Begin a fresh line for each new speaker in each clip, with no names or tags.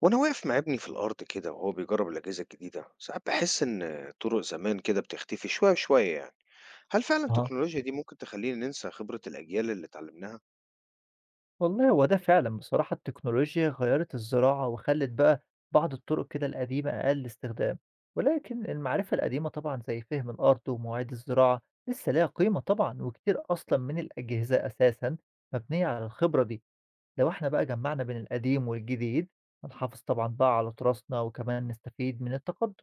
وأنا واقف مع ابني في الأرض كده وهو بيجرب الأجهزة الجديدة. ساعات بحس إن طرق زمان كده بتختفي شوية شوية، يعني هل فعلا
أها،
التكنولوجيا دي ممكن تخلينا ننسى خبرة الأجيال اللي اتعلمناها؟
والله هو ده فعلًا بصراحة التكنولوجيا غيّرت الزراعة وخلّت بقى بعض الطرق كده القديمة أقل استخدام، ولكن المعرفة القديمة طبعًا زي فهم الأرض ومواعيد الزراعة لسه ليها قيمة طبعًا، وكتير أصلًا من الأجهزة أساسًا مبنية على الخبرة دي، لو إحنا بقى جمّعنا بين القديم والجديد هنحافظ طبعًا بقى على تراثنا وكمان نستفيد من التقدم.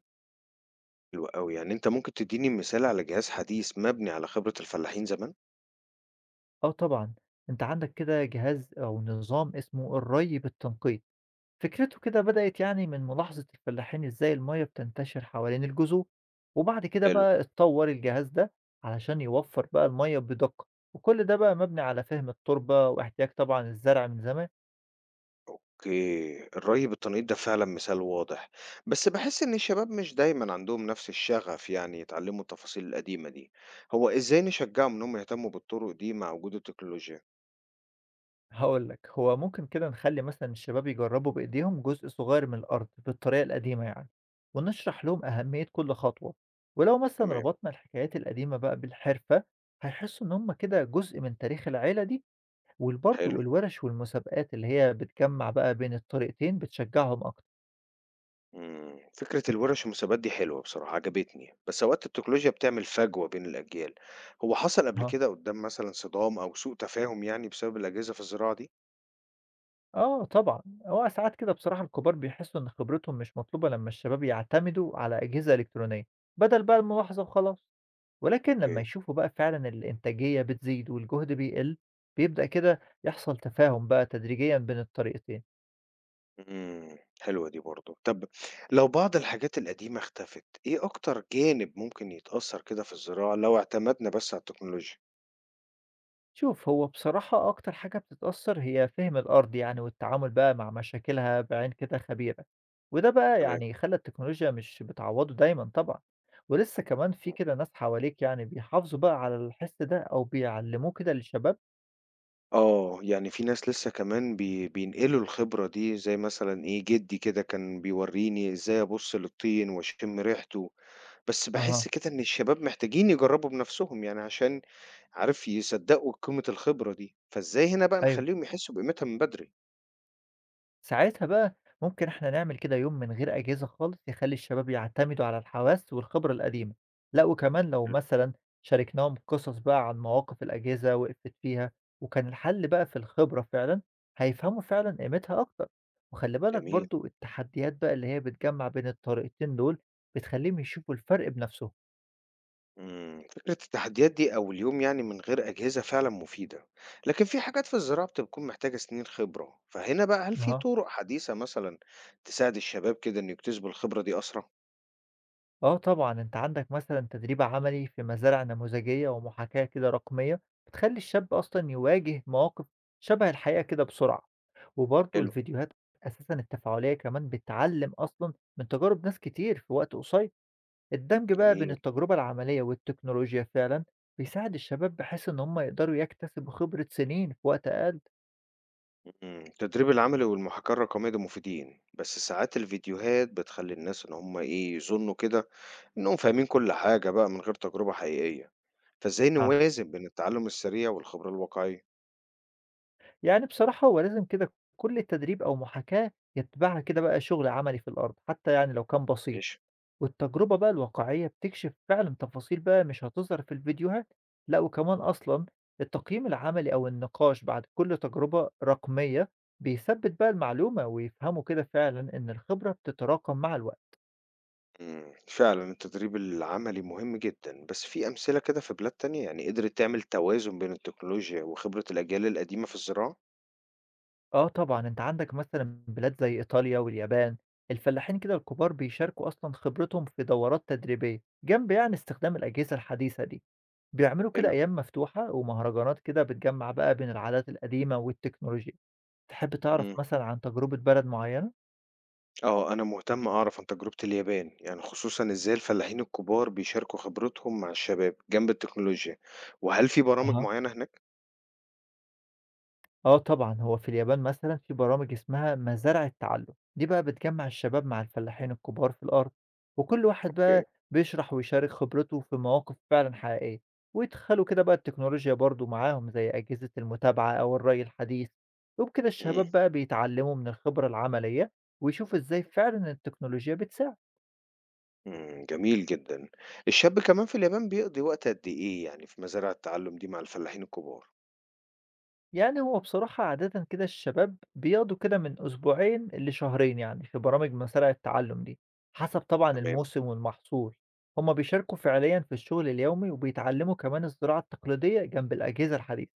حلو أوي، يعني أنت ممكن تديني مثال على جهاز حديث مبني على خبرة الفلاحين زمان؟
آه طبعًا، أنت عندك كده جهاز أو نظام اسمه الري بالتنقيط. فكرته كده بدأت يعني من ملاحظة الفلاحين إزاي المية بتنتشر حوالين الجذور وبعد كده
حلو.
بقى اتطور الجهاز ده علشان يوفر بقى المية بدقة، وكل ده بقى مبني على فهم التربة واحتياج طبعا الزرع من زمان.
أوكي، الري بالتنقيط ده فعلا مثال واضح، بس بحس إن الشباب مش دايما عندهم نفس الشغف، يعني يتعلموا التفاصيل القديمة دي. هو إزاي نشجعهم إنهم يهتموا بالطرق دي مع وجود التكنولوجيا؟
هقول لك هو ممكن كده نخلي مثلا الشباب يجربوا بإيديهم جزء صغير من الأرض بالطريقة القديمة يعني، ونشرح لهم أهمية كل خطوة، ولو مثلا
تمام.
ربطنا الحكايات القديمة بقى بالحرفة هيحسوا إن هم كده جزء من تاريخ العيلة دي، وبرضه
حلو.
الورش والمسابقات اللي هي بتجمّع بقى بين الطريقتين بتشجّعهم أكتر.
فكرة الورش والمسابقات دي حلوة بصراحة، عجبتني، بس أوقات التكنولوجيا بتعمل فجوة بين الأجيال، هو حصل قبل
أها.
كده قدّام مثلًا صدام أو سوء تفاهم يعني بسبب الأجهزة في الزراعة دي؟
آه طبعًا، هو ساعات كده بصراحة الكبار بيحسّوا إن خبرتهم مش مطلوبة لمّا الشباب يعتمدوا على أجهزة إلكترونية بدل بقى الملاحظة وخلاص، ولكن لمّا
أوكي،
يشوفوا بقى فعلًا الإنتاجية بتزيد والجهد بيقل، بيبدأ كده يحصل تفاهم بقى تدريجيًا بين الطريقتين.
حلوة دي برضه. طب لو بعض الحاجات القديمة اختفت، إيه أكتر جانب ممكن يتأثر كده في الزراعة لو اعتمدنا بس على التكنولوجيا؟
شوف هو بصراحة أكتر حاجة بتتأثر هي فهم الأرض يعني والتعامل بقى مع مشاكلها بعين كده خبيرة، وده بقى
تمام.
يعني خلى التكنولوجيا مش بتعوضه دايما طبعا، ولسه كمان في
إمم.
كده ناس حواليك يعني بيحافظوا بقى على الحس ده أو بيعلموه كده للشباب.
آه، يعني في ناس لسه كمان بينقلوا الخبرة دي، زي مثلًا إيه، جدي كده كان بيورّيني إزاي أبُص للطين وأشم ريحته. بس
اها.
باحس كده إن الشباب محتاجين يجرّبوا بنَفْسهم، يعني عشان عارف يصدّقوا قيمة الخبرة دي، فإزاي هنا بقى
ايوه،
نخلّيهم يحسّوا بقيمتها من بدري؟
ساعتها بقى ممكن إحنا نعمل كده يوم من غير أجهزة خالص يخلّي الشباب يعتمدوا على الحواس والخبرة القديمة، لأ وكمان لو
حلو.
مثلًا شاركناهم قصص بقى عن مواقف الأجهزة وقفت فيها، وكان الحل بقى في الخبرة فعلًا، هيفهموا فعلًا قيمتها أكتر، وخلّي بالك
جميل.
برضه التحديات بقى اللي هي بتجمّع بين الطريقتين دول بتخلّيهم يشوفوا الفرق بنفسهم.
فكرة التحديات دي أو اليوم يعني من غير أجهزة فعلًا مفيدة، لكن في حاجات في الزراعة بتكون محتاجة سنين خبرة، فهنا بقى هل في
آه.
طُرق حديثة مثلًا تساعد الشباب كده إن يكتسبوا الخبرة دي أسرع؟
آه طبعًا، أنت عندك مثلًا تدريب عملي في مزارع نموذجية ومحاكاة كده رقمية، بتخلّي الشاب أصلًا يواجه مواقف شبه الحقيقة كده بسرعة، وبرضه
حلو.
الفيديوهات أساسًا التفاعلية كمان بتعلّم أصلًا من تجارب ناس كتير في وقت قصير، الدمج بقى بين
جميل.
التجربة العملية والتكنولوجيا فعلًا بيساعد الشباب بحيث إن هم يقدروا يكتسبوا خبرة سنين في وقت أقل.
التدريب العملي والمحاكاة الرقمية دول مفيدين، بس ساعات الفيديوهات بتخلّي الناس إن هم إيه، يظنّوا كده إنّهم فاهمين كل حاجة بقى من غير تجربة حقيقية، فإزاي
آه.
نوازن بين التعلم السريع والخبرة الواقعية؟
يعني بصراحة هو لازم كده كل تدريب أو محاكاة يتبعها كده بقى شغل عملي في الأرض، حتى يعني لو كان بسيط.
ماشي.
والتجربة بقى الواقعية بتكشف فعلا تفاصيل بقى مش هتظهر في الفيديوهات، لا وكمان أصلا التقييم العملي أو النقاش بعد كل تجربة رقمية بيثبت بقى المعلومة ويفهموا كده فعلا إن الخبرة بتتراكم مع الوقت.
فعلًا التدريب العملي مهم جدًا، بس في أمثلة كده في بلاد تانية يعني قدرت تعمل توازن بين التكنولوجيا وخبرة الأجيال القديمة في الزراعة؟
آه طبعا أنت عندك مثلا بلاد زي إيطاليا واليابان، الفلاحين كده الكبار بيشاركوا أصلا خبرتهم في دورات تدريبية جنب يعني استخدام الأجهزة الحديثة دي، بيعملوا كده
حلو.
أيام مفتوحة ومهرجانات كده بتجمع بقى بين العادات القديمة والتكنولوجيا. تحب تعرف
إمم.
مثلًا عن تجربة بلد معيّنة؟
آه، أنا مهتم أعرف عن تجربة اليابان، يعني خصوصًا إزاي الفلاحين الكبار بيشاركوا خبرتهم مع الشباب جنب التكنولوجيا، وهل في برامج
أها.
معينة هناك؟
آه طبعًا، هو في اليابان مثلًا في برامج اسمها مزارع التعلم، دي بقى بتجمّع الشباب مع الفلاحين الكبار في الأرض، وكل واحد
أوكي.
بقى بيشرح ويشارك خبرته في مواقف فعلًا حقيقية، ويدخلوا كده بقى التكنولوجيا برضه معاهم زي أجهزة المتابعة أو الري الحديث، وبكده
إمم.
الشباب بقى بيتعلموا من الخبرة العملية، ويشوفوا إزاي فعلًا التكنولوجيا بتساعد.
جميل جدًا. الشاب كمان في اليابان بيقضي وقت قد إيه يعني في مزارع التعلم دي مع الفلاحين الكبار؟
يعني هو بصراحة عادةً كده الشباب بيقضوا كده من أسبوعين لشهرين يعني في برامج مزارع التعلُّم دي، حسب طبعًا
تمام.
الموسم والمحصول. هُم بيشاركوا فعليًا في الشغل اليومي وبيتعلّموا كمان الزراعة التقليدية جنب الأجهزة الحديثة.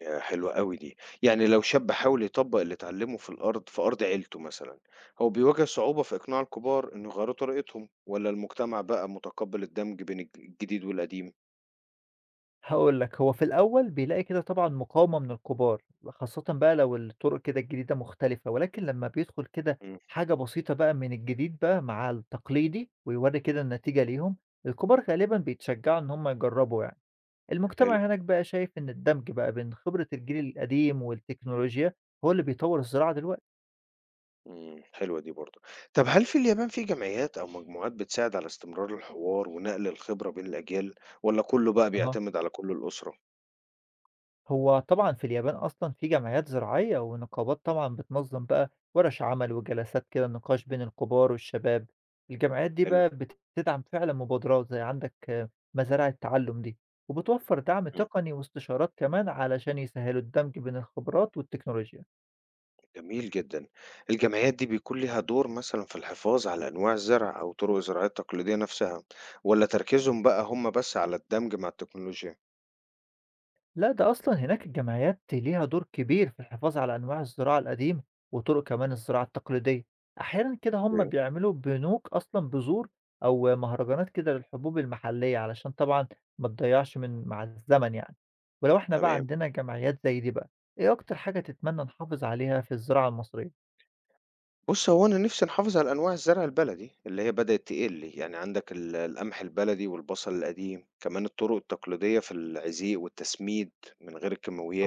يا حلوة أوي دي. يعني لو شاب حاول يطبق اللي اتعلمه في الأرض في أرض عيلته مثلًا، هو بيواجه صعوبة في إقناع الكبار إنه يغيروا طريقتهم، والّا المجتمع بقى متقبل الدمج بين الجديد والقديم؟
هاقول لك، هو في الأول بيلاقي كده طبعًا مقاومة من الكبار، خاصةً بقى لو الطرق كده الجديدة مختلفة، ولكن لمّا بيدخل كده
إمم.
حاجة بسيطة بقى من الجديد بقى مع التقليدي ويورّي كده النتيجة ليهم، الكبار غالبًا بيتشجّعوا إن هُم يجرّبوا يعني.
حلو.
المجتمع هناك بقى شايف إن الدمج بقى بين خبرة الجيل القديم والتكنولوجيا هو اللي بيطور الزراعة دلوقتي.
حلوة دي برضه. طب هل في اليابان في جمعيات أو مجموعات بتساعد على استمرار الحوار ونقل الخبرة بين الأجيال والّا كُلّه بقى
أها.
بيعتمد على كل الأسرة؟
هو طبعا في اليابان أصلا في جمعيات زراعية ونقابات طبعا بتنظم بقى ورش عمل وجلسات كده نقاش بين الكبار والشباب. الجمعيات دي
حلو.
بقى بتدعم فعلا مبادرات زي عندك آه، مزارع التعلم دي، وبتوفر دعم
إمم.
تقني واستشارات كمان علشان يسهلوا الدمج بين الخبرات والتكنولوجيا.
جميل جدًا. الجمعيات دي بيكون ليها دور مثلًا في الحفاظ على أنواع الزرع أو طرق الزراعية التقليدية نَفْسها والّا تركيزهم بقى هم بس على الدمج مع التكنولوجيا؟
لأ، ده أصلًا هناك الجمعيات ليها دور كبير في الحفاظ على أنواع الزراعة القديمة، وطرق كمان الزراعة التقليدية، أحيانًا كده هم
أوكي.
بيعملوا بنوك أصلًا بذور أو مهرجانات كده للحبوب المحلية، علشان طبعًا ما تضيّعش من مع الزمن يعني، ولو إحنا بقى
تمام.
عندنا جمعيات زي دي بقى، إيه أكتر حاجة تتمنى نحافظ عليها في الزراعة المصرية؟
بُص، هو أنا نِفْسي نحافظ على أنواع الزرع البلدي، اللي هي بدأت تقِل، يعني عندك ال القمح البلدي والبصل القديم، كمان الطرق التقليدية في العزيق والتسميد من غير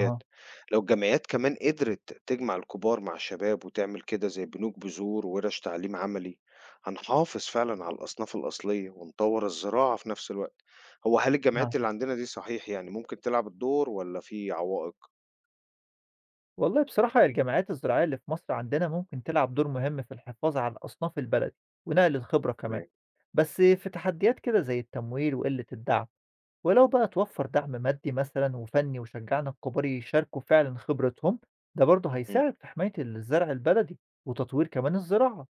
أها،
لو الجمعيات كمان قدرت تجمع الكبار مع الشباب وتعمل كده زي بنوك بذور وورش تعليم عملي، هنحافظ فعلًا على الأصناف الأصلية ونطوّر الزراعة في نَفْس الوقت. هو هل
نعم.
الجمعيات اللي عندنا دي صحيح يعني ممكن تلعب الدور والّا في عوائق؟
والله بصراحة هي الجمعيات الزراعية اللي في مصر عندنا ممكن تلعب دور مهم في الحفاظ على الأصناف البلدي، ونقل الخبرة كمان.
تمام.
بس في تحديات كده زي التمويل وقلة الدعم، ولو بقى توفر دعم مادي مثلا وفني وشجعنا الكبار يشاركوا فعلا خبرتهم ده برضه
إمم.
هيساعد في حماية الزرع البلدي وتطوير كمان الزراعة،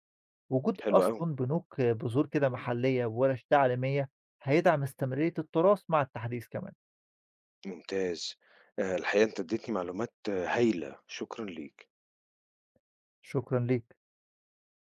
وجود
حلو أوي.
أصلا بنوك بذور كده محلية وورش تعليمية هيدعم استمرارية التراث مع التحديث كمان.
ممتاز. الحقيقة أنت ادّيتني معلومات آه، هايلة، شكرًا ليك.
شكرا ليك.